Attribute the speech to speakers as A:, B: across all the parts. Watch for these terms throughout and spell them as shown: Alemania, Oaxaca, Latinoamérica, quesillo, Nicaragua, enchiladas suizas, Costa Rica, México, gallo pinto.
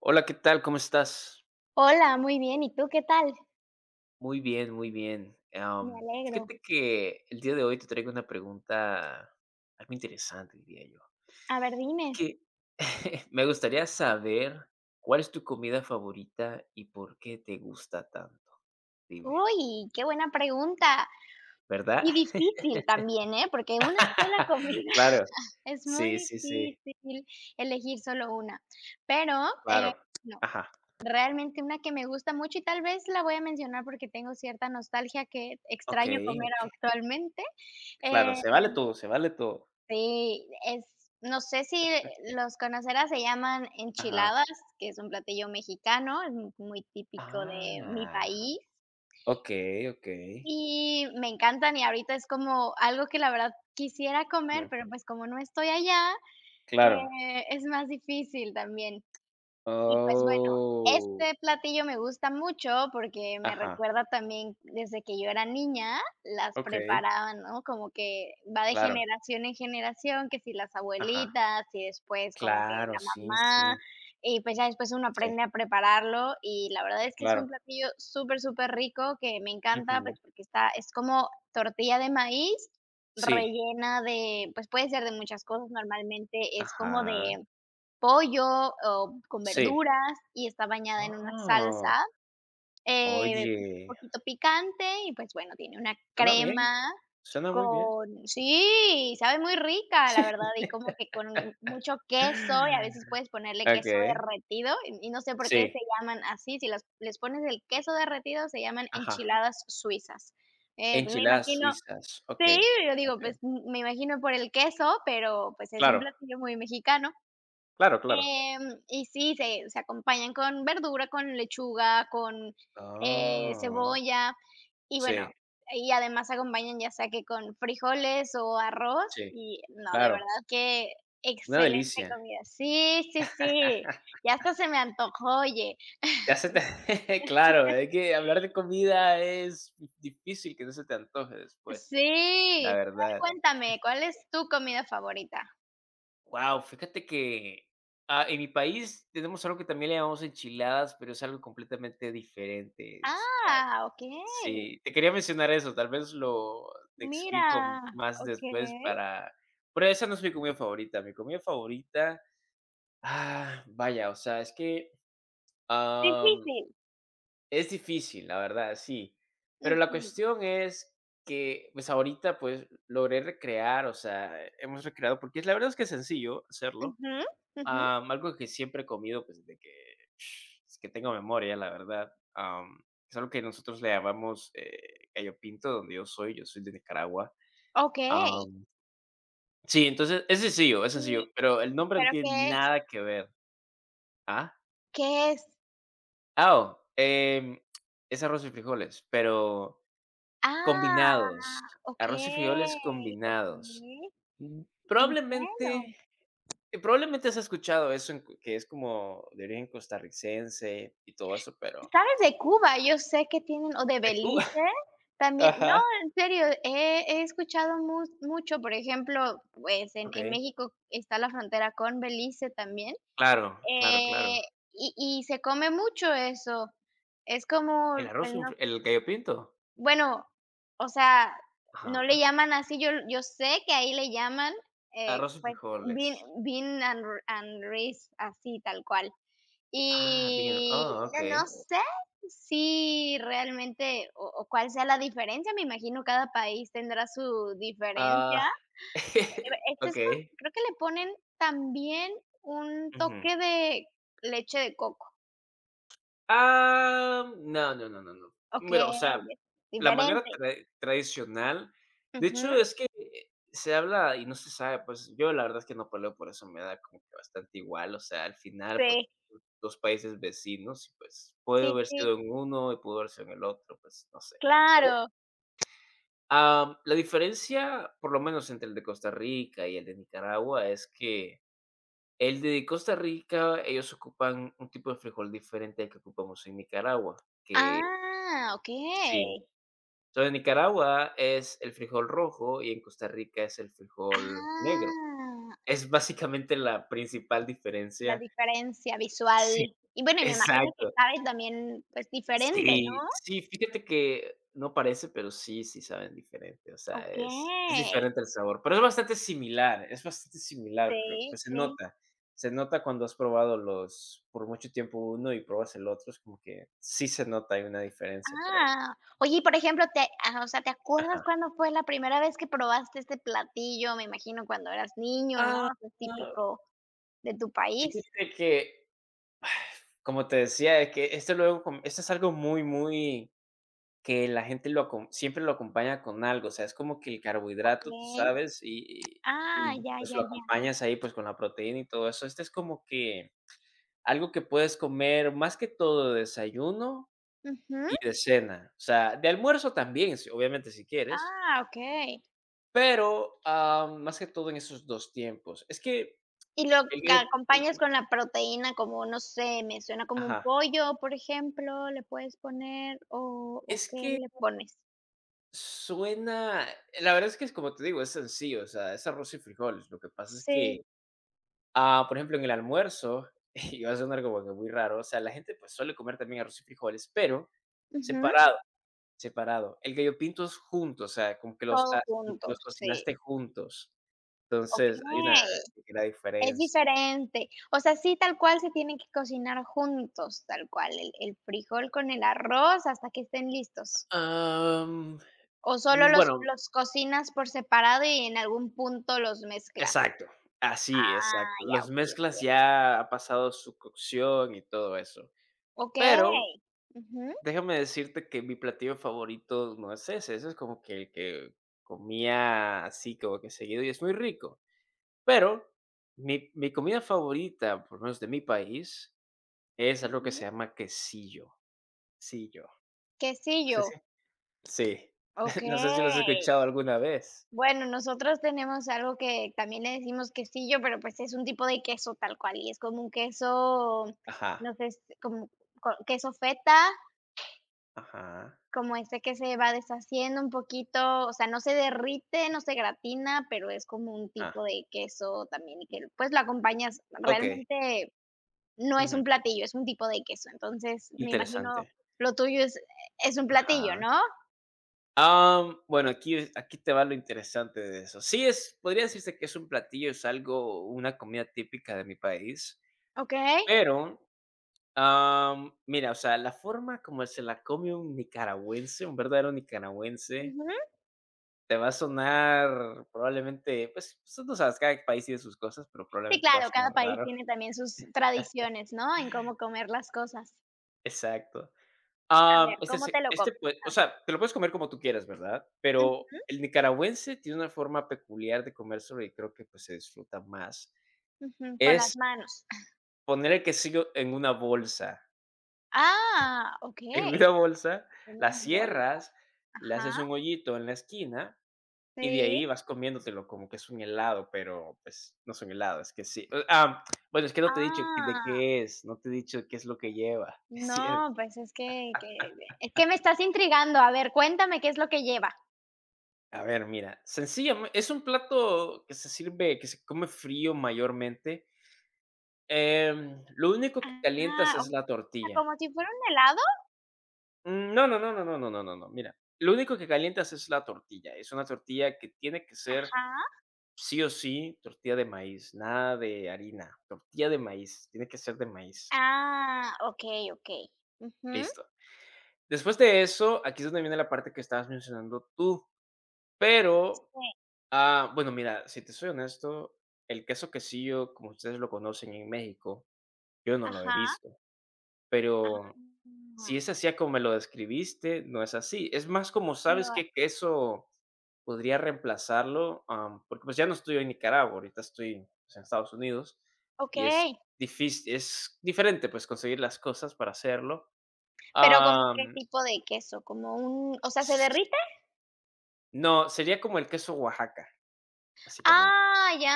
A: Hola, ¿qué tal? ¿Cómo estás?
B: Hola, muy bien. ¿Y tú qué tal?
A: Muy bien, muy bien.
B: Me alegro.
A: Fíjate que el día de hoy te traigo una pregunta algo interesante, diría yo.
B: A ver, dime.
A: Que Me gustaría saber cuál es tu comida favorita y por qué te gusta tanto. Dime,
B: Uy, qué buena pregunta.
A: ¿verdad?
B: Y difícil también, ¿eh? Porque una sola comida
A: Claro.
B: es muy
A: Sí, sí, sí,
B: difícil elegir solo una. Pero, eh,
A: claro.
B: no,
A: Ajá.
B: realmente una que me gusta mucho y tal vez la voy a mencionar porque tengo cierta nostalgia que extraño
A: Okey,
B: comer
A: okey.
B: actualmente,
A: Claro,
B: eh,
A: se vale todo, se vale todo.
B: sí, es no sé si los conocerás, se llaman
A: Ajá.
B: enchiladas, que es un platillo mexicano, es mu muy típico de mi
A: Ah,
B: país,
A: okey, okey.
B: y me encantan, y ahorita es como algo que la verdad quisiera comer,
A: Mm,
B: pero, pues, como no estoy allá,
A: claro.
B: es más difícil también. Y, pues, bueno,
A: Oh,
B: este platillo me gusta mucho porque me
A: ajá,
B: recuerda también desde que yo era niña, las
A: okey,
B: preparaban, ¿no? Como que va de
A: claro,
B: generación en generación, que si las
A: ajá,
B: abuelitas y después como que
A: claro,
B: la
A: sí,
B: mamá,
A: sí,
B: y, pues, ya después uno
A: sí,
B: aprende a prepararlo, y la verdad es que es un
A: claro,
B: platillo súper, súper rico que me encanta, pues,
A: ujú,
B: porque está es como tortilla de maíz
A: sí,
B: rellena de, pues, puede ser de muchas cosas, normalmente es como
A: ajá,
B: de pollo, o con
A: sí.
B: verduras y está bañada en una
A: Oh,
B: salsa, un
A: oye,
B: poquito picante y, pues, bueno, tiene una
A: suena bien,
B: crema
A: suena muy bien.
B: con sí, sabe muy rica, la verdad, y como que con mucho queso, y a veces puedes ponerle queso
A: Okey,
B: derretido, y no sé por qué
A: sí,
B: se llaman así, si las les pones el queso derretido, se llaman
A: ajá,
B: enchiladas suizas. Me
A: enchiladas
B: imagino
A: suizas,
B: sí,
A: okey,
B: yo digo,
A: okey,
B: pues, me imagino por el queso, pero, pues, es un
A: claro,
B: platillo muy mexicano.
A: claro, claro.
B: Y sí, se acompañan con verdura, con lechuga, con,
A: Oh,
B: cebolla y
A: sí,
B: bueno, y además acompañan ya sea que con frijoles o arroz
A: sí,
B: y no, de
A: claro,
B: verdad que
A: una
B: excelente
A: delicia.
B: comida. Sí, sí, sí, ya hasta se me antojó, oye.
A: Ya se te Claro, es que hablar de comida es difícil que no se te antoje después, la
B: Sí, a ver,
A: verdad.
B: cuéntame, ¿cuál es tu comida favorita?
A: Wow, fíjate que, en mi país tenemos algo que también le llamamos enchiladas, pero es algo completamente diferente. Es,
B: Ah, okey,
A: sí, te quería mencionar eso, tal vez lo te
B: mira,
A: explico más después
B: okey.
A: para pero esa no es mi comida favorita. Mi comida favorita, ah, vaya, o sea, es que, am
B: Difícil.
A: Es difícil, la verdad, sí. Pero la
B: Ujú,
A: cuestión es que, pues, ahorita, pues, logré recrear, o sea, hemos recreado, porque la verdad es que es sencillo hacerlo.
B: ujú, ujú.
A: Algo que siempre he comido, pues, desde que es que tengo memoria, la verdad. Es algo que nosotros le llamamos gallo pinto, donde yo soy. Yo soy de Nicaragua.
B: Okey.
A: Am, sí, entonces es
B: Y,
A: sencillo, pero el nombre no
B: ¿pero
A: tiene
B: qué es?
A: nada que ver. Ah,
B: ¿Qué es?
A: ah, oh, es arroz y frijoles, pero
B: Ah,
A: combinados. Arroz y frijoles
B: okey,
A: combinados.
B: okey,
A: Mm,
B: entiendo.
A: probablemente, probablemente has escuchado eso en que es como de origen costarricense y todo eso, pero
B: ¿Sabes de Cuba? Yo sé que tienen o de
A: de Cuba.
B: Belice, también no,
A: Ajá.
B: en serio, he escuchado mus mucho, por ejemplo, pues, en
A: Okey.
B: México está la frontera con Belice también,
A: Claro, claro, claro.
B: eh, y se come mucho eso. Es como,
A: El
B: pues,
A: arroz con
B: no.
A: fri ¿el gallo pinto?
B: Bueno, o sea, no le
A: Ajá.
B: llaman así, yo sé que ahí le llaman,
A: Arroz y
B: pues, bean
A: frijoles.
B: bean and rice, así tal cual.
A: Ah, bien. Oh,
B: Y no
A: okey.
B: sé si realmente o cuál sea la diferencia, me imagino cada país tendrá su diferencia.
A: Ah,
B: Este es con
A: okey.
B: creo que le ponen también un
A: Ujú.
B: toque de leche de coco.
A: Ah, no, no, no, no, no. Pero o sea,
B: Okey,
A: la manera
B: diferente.
A: trai tradicional. De
B: Ujú.
A: hecho, es que se habla y no se sabe, pues, yo la verdad es que no peleo por eso, me da como que bastante igual, o sea, al final, pues,
B: Sí,
A: 2 países vecinos y, pues, puede
B: sí,
A: haber
B: sí,
A: sido en uno y pudo haber sido en el otro, pues, no sé.
B: claro.
A: La diferencia, por lo menos entre el de Costa Rica y el de Nicaragua, es que el de Costa Rica, ellos ocupan un tipo de frijol diferente al que ocupamos en Nicaragua, que...
B: Ah,
A: Sí.
B: okey.
A: So, en Nicaragua es el frijol rojo y en Costa Rica es el frijol negro.
B: Ah,
A: Es básicamente la principal
B: la
A: diferencia.
B: diferencia visual.
A: Sí,
B: Y bueno, y me imagino que
A: exacto.
B: sabe también, pues, diferente,
A: Sí,
B: ¿no?
A: sí, fíjate que no parece, pero sí, sí saben diferente. O sea, es
B: Okey.
A: diferente el sabor, pero es bastante similar, pero,
B: Sí,
A: pues, se
B: sí.
A: nota. Se nota cuando has probado los por mucho tiempo uno y pruebas el otro, es como que sí se nota, hay una diferencia por ahí.
B: Ah. Oye, y por ejemplo, o sea, ¿te acuerdas
A: Ajá.
B: cuándo fue la primera vez que probaste este platillo? Me imagino cuando eras niño, ¿no?
A: Ah,
B: O sea, es típico de tu país.
A: fíjate que, como te decía, es que esto luego, esto es algo muy, muy, que la gente lo, siempre lo acompaña con algo, o sea, es como que el carbohidrato, tú
B: Okey.
A: sabes,
B: Ah,
A: y,
B: ya,
A: pues,
B: ya,
A: lo
B: ya.
A: acompañas ahí, pues, con la proteína y todo eso. Este es como que algo que puedes comer más que todo de desayuno
B: Ujú.
A: y de cena, o sea, de almuerzo también, obviamente, si quieres,
B: Ah, okey.
A: pero más que todo en esos dos tiempos. Es que
B: Y lo
A: el,
B: que acompañas con la proteína, como, no sé, me suena como un
A: ajá,
B: pollo, por ejemplo, le puedes poner, o,
A: es
B: ¿qué
A: que...
B: le pones?
A: Suena la verdad es que es como te digo, es sencillo, o sea, es arroz y frijoles. Lo que pasa es
B: Sí.
A: que, por ejemplo, en el almuerzo, y va a sonar como que muy raro, o sea, la gente, pues, suele comer también arroz y frijoles, pero
B: Ujú,
A: separado, separado. El gallo pinto es junto, o sea, como que
B: todo junto,
A: los
B: sí.
A: cocinaste juntos. Entonces, hay una
B: Okey,
A: ligera
B: es
A: diferencia.
B: diferente. O sea, sí, tal cual se tienen que cocinar juntos, tal cual, el frijol con el arroz hasta que estén listos,
A: Am,
B: ¿o solo los
A: bueno,
B: los cocinas por separado y en algún punto los mezclas?
A: exacto. Así,
B: Ah,
A: exacto.
B: ya,
A: Los
B: okey,
A: mezclas
B: entiendo.
A: ya ha pasado su cocción y todo eso. Pero
B: Okey. Ujú.
A: déjame decirte que mi platillo favorito no es ese, ese es como que el que comía así como que seguido y es muy rico. Pero mi comida favorita, por lo menos de mi país, es algo que se llama quesillo. Sillo. Sí,
B: Quesillo,
A: sí. Sí. No sé si lo has
B: okey.
A: escuchado alguna vez.
B: Bueno, nosotros tenemos algo que también le decimos quesillo, pero, pues, es un tipo de queso tal cual, y es como un queso,
A: Ajá,
B: no sé, es como co queso feta,
A: ajá,
B: como este que se va deshaciendo un poquito, o sea, no se derrite, no se gratina, pero es como un
A: ah,
B: tipo de queso también, y que, pues, lo acompañas
A: ok.
B: realmente no es
A: Ujú,
B: un platillo, es un tipo de queso. Entonces, me
A: interesante.
B: imagino lo tuyo es un platillo,
A: Ajá.
B: ¿no?
A: Bueno, aquí, aquí te va lo interesante de eso. Sí, es, podría decirse que es un platillo, es algo, una comida típica de mi país,
B: Okey.
A: pero mira, o sea, la forma como se la come un nicaragüense, un verdadero nicaragüense, te va a sonar probablemente, pues, pues, tú no sabes, cada país tiene sus cosas, pero
B: Sí,
A: probablemente te va a
B: claro, cada
A: sonar
B: país
A: raro.
B: tiene también sus tradiciones, ¿no? En cómo comer las cosas.
A: Exacto.
B: A
A: Am,
B: ver,
A: este
B: ¿cómo te
A: se
B: lo
A: este,
B: comes?
A: pues, o sea, te lo puedes comer como tú quieras, ¿verdad?
B: Ujú,
A: Pero el nicaragüense tiene una forma peculiar de comérselo y creo que, pues, se disfruta más.
B: ujú, con
A: Es
B: las manos.
A: poner el quesillo en una bolsa.
B: Ah,
A: En
B: okey,
A: una bolsa,
B: en
A: la
B: una bol.
A: cierras, le haces
B: Ajá,
A: un hoyito en la esquina y de ahí
B: sí.
A: vas comiéndotelo como que es un helado, pero, pues, no es un helado, es bueno, es que no te he dicho de
B: Ah,
A: qué es, no te he dicho qué es lo que lleva. Es cier
B: no, pues es que es que me estás intrigando. A ver, cuéntame qué es lo que lleva.
A: A ver, mira, sencillamente es un plato que se sirve, que se come frío mayormente. Lo único que calientas
B: Ah, o
A: es la
B: sea,
A: tortilla.
B: ¿como si fuera un helado?
A: Mm, no, no, no, no, no, no, no, no, no. Mira, lo único que calientas es la tortilla. Es una tortilla que tiene que ser
B: Ajá.
A: sí o sí tortilla de maíz, nada de harina, tortilla de maíz, tiene que ser de maíz.
B: Ah, okey, okey. Ujú.
A: Listo. Después de eso, aquí es donde viene la parte que estabas mencionando tú, pero,
B: Sí.
A: Bueno, mira, si te soy honesto, el queso quesillo, como ustedes lo conocen en México, yo no lo he
B: Ajá.
A: visto,
B: Ah,
A: pero si es así a como me lo describiste, no es así. Es más como, ¿sabes
B: no,
A: qué queso podría reemplazarlo? Porque, pues, ya no estoy en Nicaragua, ahorita estoy, pues, en Estados Unidos y es
B: okey.
A: difícil, es diferente, pues, conseguir las cosas para hacerlo.
B: Pero, ¿como qué
A: Am,
B: tipo de queso? Como un o sea, ¿se
A: s-
B: derrite?
A: no, sería como el queso Oaxaca, básicamente.
B: Ah, ya,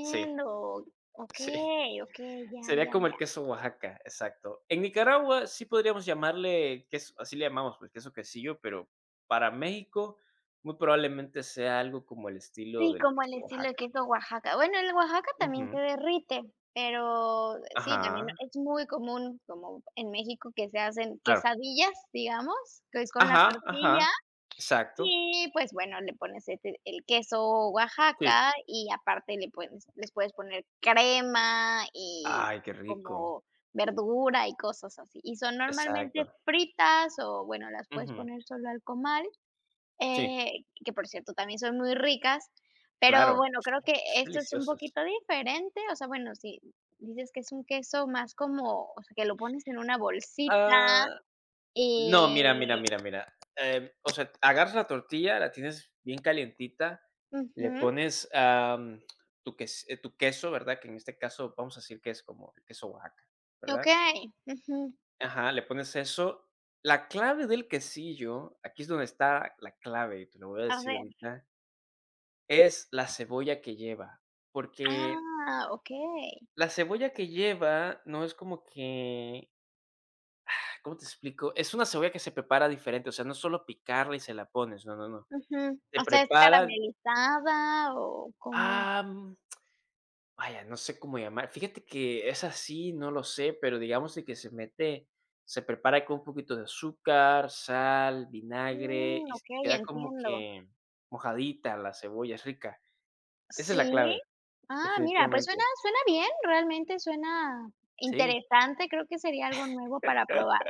A: Sí.
B: Okey, okey, ya,
A: Sería
B: ya,
A: como el
B: ya.
A: queso Oaxaca, exacto. En Nicaragua sí podríamos llamarle queso, así le llamamos, pues, queso quesillo, pero para México muy probablemente sea algo como el estilo
B: Sí,
A: del
B: como
A: queso
B: el estilo de
A: Oaxaca.
B: queso Oaxaca. Bueno, el Oaxaca también
A: Ujú.
B: se derrite, pero sí, también
A: Ajá,
B: es muy común, como en México, que se hacen
A: claro.
B: quesadillas, digamos, que es con la
A: Ajá,
B: tortilla.
A: ajá. Exacto.
B: Y, pues, bueno, le pones este el queso
A: Sí.
B: Oaxaca y aparte le pones les puedes poner crema y
A: Ay, qué rico.
B: como verdura y cosas así. Y son normalmente
A: Exacto.
B: fritas o, bueno, las puedes
A: Ujú.
B: poner solo al comal,
A: Sí,
B: que por cierto también son muy ricas, pero
A: claro.
B: bueno, creo que
A: Son
B: esto es un
A: deliciosas.
B: poquito diferente, o sea, bueno, si dices que es un queso más como, o sea, que lo pones en una bolsita,
A: Ah, no, mira, mira,
B: eh
A: mira, mira. O sea, agarras la tortilla, la tienes bien calientita, le
B: ujú,
A: pones tu queso, ¿verdad? Que en este caso vamos a decir que es como el queso Oaxaca, ¿verdad?
B: okey, ujú.
A: Ajá, le pones eso. La clave del quesillo, aquí es donde está la clave, y te lo voy a
B: A
A: decir
B: ver,
A: ahorita, es la cebolla que lleva. Porque
B: ah, okey.
A: la cebolla que lleva no es como que, ah, ¿cómo te explico? Es una cebolla que se prepara diferente, o sea, no es solo picarla y se la pones, no, no, no.
B: Ujú.
A: Te
B: O sea, ¿es
A: preparan,
B: caramelizada o cómo?
A: am, vaya, no sé cómo llamar. Fíjate que es así, no lo sé, pero digamos de que se prepara con un poquito de azúcar, sal, vinagre
B: Mm,
A: y s
B: okey,
A: queda como
B: entiendo.
A: que mojadita la cebolla, es rica. Esa es la
B: ¿Sí?
A: clave,
B: Ah, mira, pues suena
A: definitivamente.
B: suena bien, realmente suena
A: Sí.
B: interesante, creo que sería algo nuevo para probar.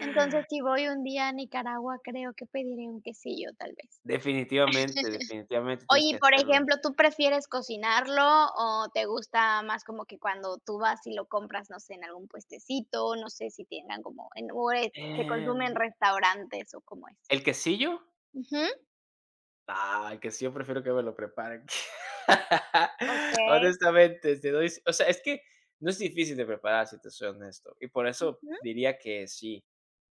B: Entonces, si voy un día a Nicaragua, creo que pediré un quesillo, tal vez.
A: Definitivamente, definitivamente tienes
B: Oye,
A: que
B: y por
A: hacerlo.
B: ejemplo, ¿tú prefieres cocinarlo o te gusta más como que cuando tú vas y lo compras, no sé, en algún puestecito, no sé si tengan como en o, se consume en
A: Em,
B: restaurantes o cómo es?
A: ¿el quesillo?
B: Ujú,
A: Ay, que sí, yo prefiero que me lo preparen.
B: okey.
A: Honestamente, te doy, o sea, es que no es difícil de preparar, si te soy honesto, y por eso
B: Ujú.
A: diría que sí.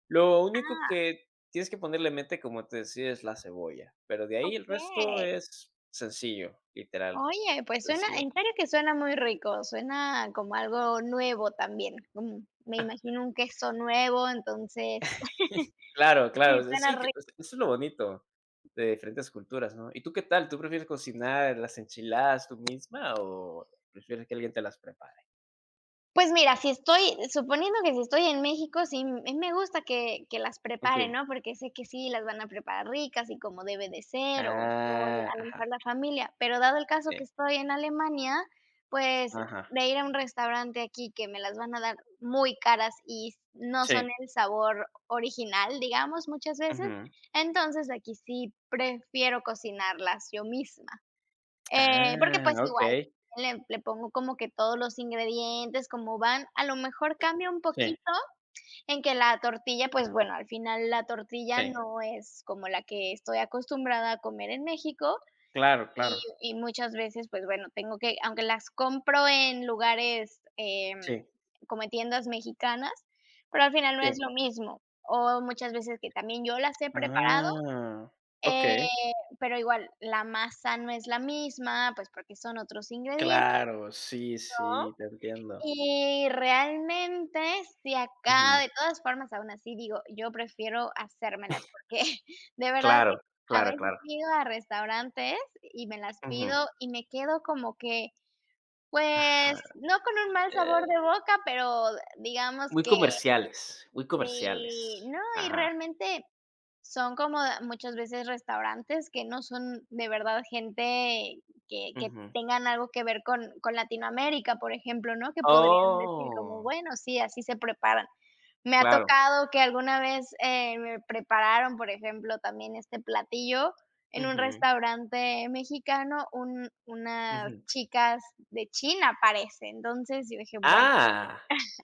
A: Lo único
B: Ah,
A: que tienes que ponerle mente, como te decía, es la cebolla, pero de ahí el resto
B: okey.
A: es sencillo, literal,
B: Oye, pues suena
A: sencillo.
B: en serio que suena muy rico, suena como algo nuevo también, mm, me imagino un queso nuevo, entonces
A: Claro, claro,
B: sí,
A: o sea,
B: suena
A: sí, que, o
B: rico.
A: sea, eso es lo bonito de diferentes culturas, ¿no? ¿Y tú qué tal? ¿Tú prefieres cocinar las enchiladas tú misma o prefieres que alguien te las prepare?
B: Pues mira, si estoy suponiendo que si estoy en México, sí me gusta que las preparen,
A: Okey.
B: ¿no? Porque sé que sí las van a preparar ricas y como debe de ser, o
A: Ah,
B: a lo
A: ajá,
B: mejor la familia. Pero dado el caso
A: sí,
B: que estoy en Alemania, pues
A: ajá,
B: de ir a un restaurante aquí que me las van a dar muy caras y no
A: sí,
B: son el sabor original, digamos, muchas veces,
A: ujú.
B: entonces aquí sí prefiero cocinarlas yo misma. Porque,
A: Ah,
B: pues, igual
A: okey,
B: le pongo como que todos los ingredientes, como van, a lo mejor cambia un
A: sí,
B: poquito en que la tortilla, pues, bueno, al final la tortilla
A: sí,
B: no es como la que estoy acostumbrada a comer en México,
A: claro,
B: y
A: claro,
B: y muchas veces, pues, bueno, tengo que aunque las compro en lugares,
A: sí,
B: como en tiendas mexicanas, pero al final no
A: sí,
B: es lo mismo. O muchas veces que también yo las he preparado,
A: ah,
B: eh,
A: okey,
B: pero igual, la masa no es la misma, pues, porque son otros ingredientes.
A: claro, sí, sí,
B: ¿No?
A: te entiendo,
B: Y realmente, si acá,
A: ujú,
B: de todas formas, aún así digo, yo prefiero hacérmelas, porque de verdad que
A: claro,
B: a
A: claro,
B: veces
A: claro,
B: he ido a restaurantes y me las
A: ujú,
B: pido y me quedo como que, pues,
A: ajá,
B: no con un mal sabor
A: eh,
B: de boca, pero digamos que
A: muy
B: sí,
A: comerciales,
B: no, y
A: ajá,
B: realmente son como da muchas veces restaurantes que no son de verdad gente que
A: ujú,
B: tengan algo que ver con Latinoamérica, por ejemplo, ¿no? Que podrían decir como,
A: oh,
B: bueno, sí, así se preparan. Me ha
A: claro,
B: tocado que alguna vez, me prepararon, por ejemplo, también este platillo en un
A: ujú,
B: restaurante mexicano, un unas
A: ujú.
B: chicas de China, parece. Entonces, yo dije: "Bueno".
A: Ah,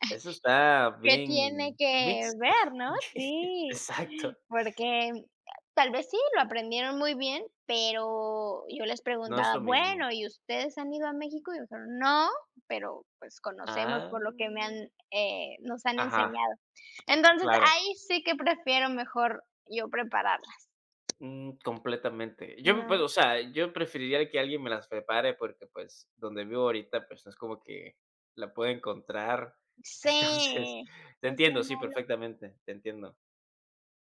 A: eso está
B: ¿Qué tiene
A: bien
B: que
A: mixto.
B: ver, no? Sí,
A: Exacto,
B: porque tal vez sí, lo aprendieron muy bien, pero yo les
A: no es
B: preguntaba:
A: lo mismo.
B: "Bueno, ¿y ustedes han ido a México?". Y dijeron: "No, pero, pues, conocemos
A: Ah,
B: por lo que me han, nos han
A: ajá,
B: enseñado". Entonces,
A: claro,
B: ahí sí que prefiero mejor yo prepararlas,
A: mm, completamente. Yo, pues, o
B: ¿no?
A: sea, yo preferiría que alguien me las prepare porque, pues, donde vivo ahorita, pues, no es como que la puedo encontrar.
B: Sí,
A: Entonces, te
B: es lo
A: entiendo, sí,
B: malo.
A: perfectamente, te entiendo.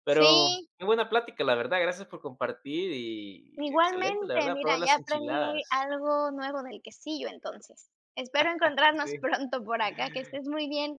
A: Pero
B: Sí.
A: qué buena plática, la verdad, gracias por compartir y excelente, la
B: Igualmente,
A: verdad,
B: mira,
A: probar
B: ya
A: las
B: aprendí
A: enchiladas.
B: algo nuevo del quesillo entonces. Espero encontrarnos
A: Sí.
B: pronto por acá, que estés muy bien.